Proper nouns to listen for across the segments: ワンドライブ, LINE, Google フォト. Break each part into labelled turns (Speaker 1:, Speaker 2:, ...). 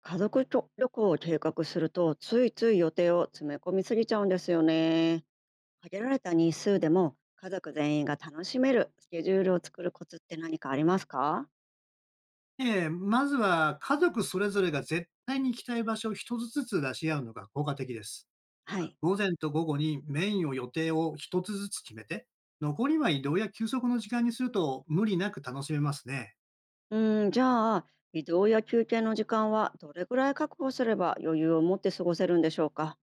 Speaker 1: 家族と旅行を計画するとついつい予定を詰め込みすぎちゃうんですよね。限られた日数でも家族全員が楽しめるスケジュールを作るコツって何かありますか？
Speaker 2: ええ、まずは家族それぞれが絶対に行きたい場所を一つずつ出し合うのが効果的です。
Speaker 1: はい。
Speaker 2: 午前と午後にメインを予定を一つずつ決めて、残りは移動や休息の時間にすると無理なく楽しめますね。
Speaker 1: うーん、じゃあ移動や休憩の時間はどれぐらい確保すれば余裕を持って過ごせるんでしょうか？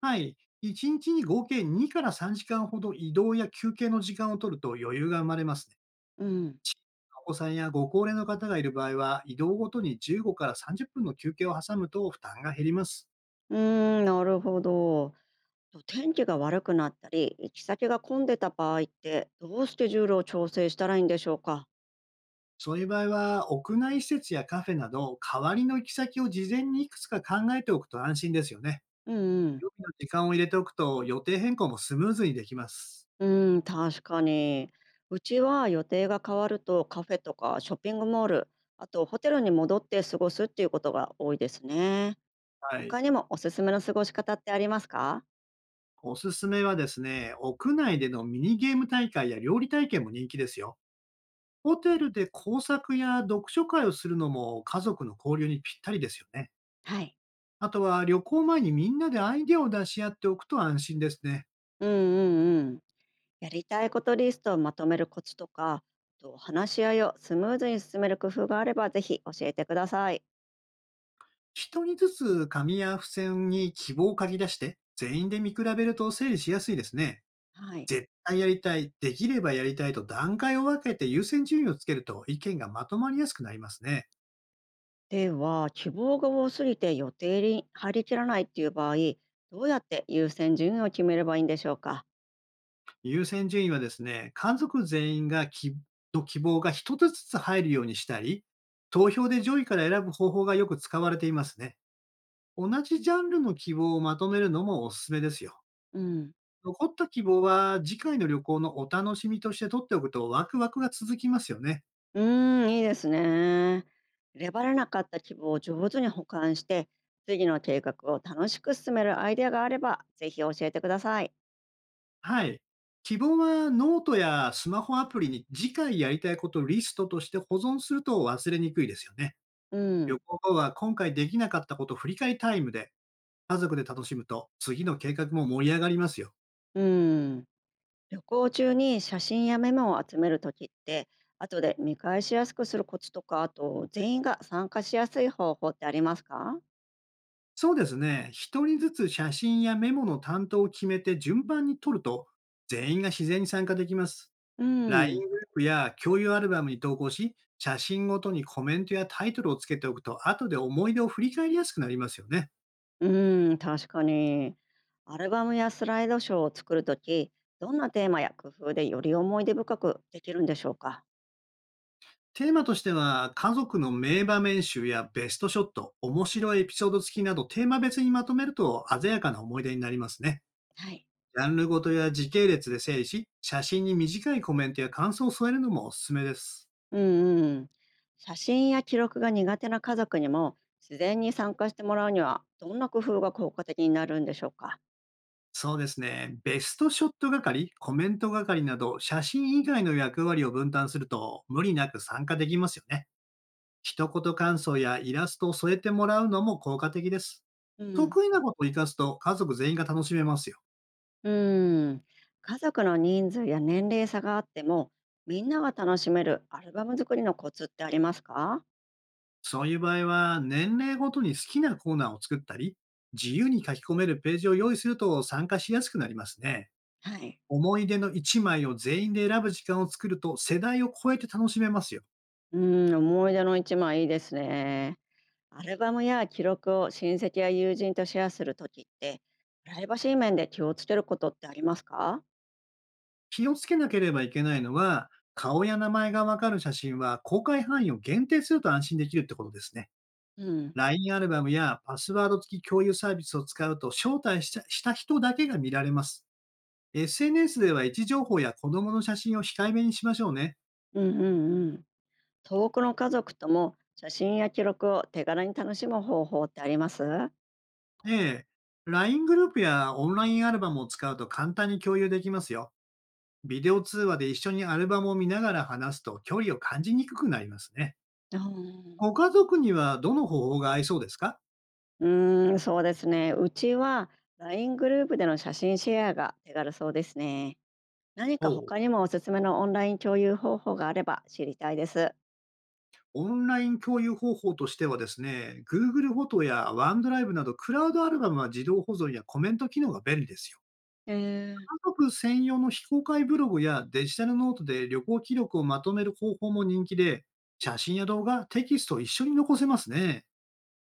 Speaker 2: はい。1日にちに合計2から3時間ほど移動や休憩の時間を取ると余裕が生まれますね。
Speaker 1: うん。
Speaker 2: 小さなお子さんやご高齢の方がいる場合は、移動ごとに15から30分の休憩を挟むと負担が減ります。
Speaker 1: うーん、なるほど。と天気が悪くなったり行き先が混んでた場合ってどうスケジュールを調整したらいいんでしょうか？
Speaker 2: そういう場合は、屋内施設やカフェなど、代わりの行き先を事前にいくつか考えておくと安心ですよね。
Speaker 1: うんうん。
Speaker 2: 予備の時間を入れておくと、予定変更もスムーズにできます。
Speaker 1: うん、確かに。うちは予定が変わるとカフェとかショッピングモール、あとホテルに戻って過ごすっていうことが多いですね。
Speaker 2: はい。
Speaker 1: 他にもおすすめの過ごし方ってありますか？
Speaker 2: おすすめはですね、屋内でのミニゲーム大会や料理体験も人気ですよ。ホテルで工作や読書会をするのも家族の交流にぴったりですよね。
Speaker 1: はい。
Speaker 2: あとは旅行前にみんなでアイデアを出し合っておくと安心ですね。
Speaker 1: うんうんうん。やりたいことリストをまとめるコツとか、あと話し合いをスムーズに進める工夫があればぜひ教えてください。
Speaker 2: 一人ずつ紙や付箋に希望を書き出して、全員で見比べると整理しやすいですね。
Speaker 1: はい。
Speaker 2: 絶対やりたい、できればやりたいと段階を分けて優先順位をつけると意見がまとまりやすくなりますね。
Speaker 1: では、希望が多すぎて予定に入りきらないっていう場合、どうやって優先順位を決めればいいんでしょうか？
Speaker 2: 優先順位はですね、家族全員がの希望が一つずつ入るようにしたり、投票で上位から選ぶ方法がよく使われていますね。同じジャンルの希望をまとめるのもおすすめですよ。
Speaker 1: うん。
Speaker 2: 残った希望は次回の旅行のお楽しみとして取っておくとワクワクが続きますよね。
Speaker 1: うーん、いいですね。レばれなかった希望を上手に保管して、次の計画を楽しく進めるアイデアがあれば、ぜひ教えてください。
Speaker 2: はい。希望はノートやスマホアプリに次回やりたいことをリストとして保存すると忘れにくいですよね。
Speaker 1: う
Speaker 2: 旅
Speaker 1: ん、
Speaker 2: 行後は今回できなかったことを振り返りタイムで家族で楽しむと次の計画も盛り上がりますよ。
Speaker 1: うん。旅行中に写真やメモを集めるときって、後で見返しやすくするコツとか、あと全員が参加しやすい方法ってありますか？
Speaker 2: そうですね。一人ずつ写真やメモの担当を決めて順番に撮ると全員が自然に参加できます。
Speaker 1: うん、
Speaker 2: LINE グループや共有アルバムに投稿し、写真ごとにコメントやタイトルをつけておくと後で思い出を振り返りやすくなりますよね。
Speaker 1: うん、確かに。アルバムやスライドショーを作るとき、どんなテーマや工夫でより思い出深くできるんでしょうか？
Speaker 2: テーマとしては、家族の名場面集やベストショット、面白いエピソード付きなど、テーマ別にまとめると鮮やかな思い出になりますね。
Speaker 1: はい。
Speaker 2: ジャンルごとや時系列で整理し、写真に短いコメントや感想を添えるのもおすすめです。
Speaker 1: うんうん。写真や記録が苦手な家族にも自然に参加してもらうにはどんな工夫が効果的になるんでしょうか。
Speaker 2: そうですね。ベストショット係、コメント係など、写真以外の役割を分担すると無理なく参加できますよね。一言感想やイラストを添えてもらうのも効果的です。
Speaker 1: うん。
Speaker 2: 得意なことを活かすと家族全員が楽しめますよ。
Speaker 1: うん。家族の人数や年齢差があってもみんなが楽しめるアルバム作りのコツってありますか？
Speaker 2: そういう場合は、年齢ごとに好きなコーナーを作ったり、自由に書き込めるページを用意すると参加しやすくなりますね。
Speaker 1: はい。
Speaker 2: 思い出の1枚を全員で選ぶ時間を作ると世代を超えて楽しめますよ。
Speaker 1: うん、思い出の一枚いいですね。アルバムや記録を親戚や友人とシェアするときってプライバシー面で気をつけることってありますか？
Speaker 2: 気をつけなければいけないのは、顔や名前がわかる写真は公開範囲を限定すると安心できるってことですね。
Speaker 1: うん。
Speaker 2: LINE アルバムやパスワード付き共有サービスを使うと招待した人だけが見られます。SNS では位置情報や子供の写真を控えめにしましょうね。
Speaker 1: うんうんうん。遠くの家族とも写真や記録を手軽に楽しむ方法ってありますう？
Speaker 2: ええ、LINE グループやオンラインアルバムを使うと簡単に共有できますよ。ビデオ通話で一緒にアルバムを見ながら話すと距離を感じにくくなりますね。
Speaker 1: あー。
Speaker 2: ご家族にはどの方法が合いそうですか？
Speaker 1: うーん、そうですね。うちは LINE グループでの写真シェアが手軽そうですね。何
Speaker 2: お
Speaker 1: か
Speaker 2: う
Speaker 1: 他にもおすすめのオンライン共有方法があれば知りたいです。
Speaker 2: オンライン共有方法としてはですね、Google フォトやワンドライブなどクラウドアルバムは自動保存やコメント機能が便利ですよ。
Speaker 1: えー、
Speaker 2: 家族専用の非公開ブログやデジタルノートで旅行記録をまとめる方法も人気で、写真や動画、テキストを一緒に残せますね。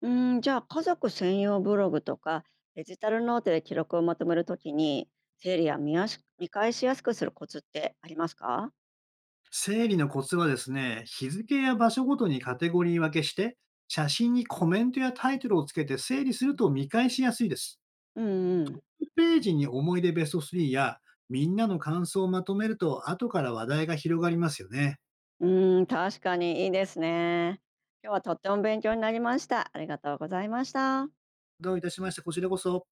Speaker 1: うーん、じゃあ家族専用ブログとかデジタルノートで記録をまとめるときに整理や見返しやすくするコツってありますか？
Speaker 2: 整理のコツはですね、日付や場所ごとにカテゴリー分けして、写真にコメントやタイトルをつけて整理すると見返しやすいです。
Speaker 1: うんうん。
Speaker 2: ページに思い出ベスト3やみんなの感想をまとめると後から話題が広がりますよね。
Speaker 1: うーん、確かにいいですね。今日はとっても勉強になりました。ありがとうございました。
Speaker 2: どういたしまして、こちらこそ。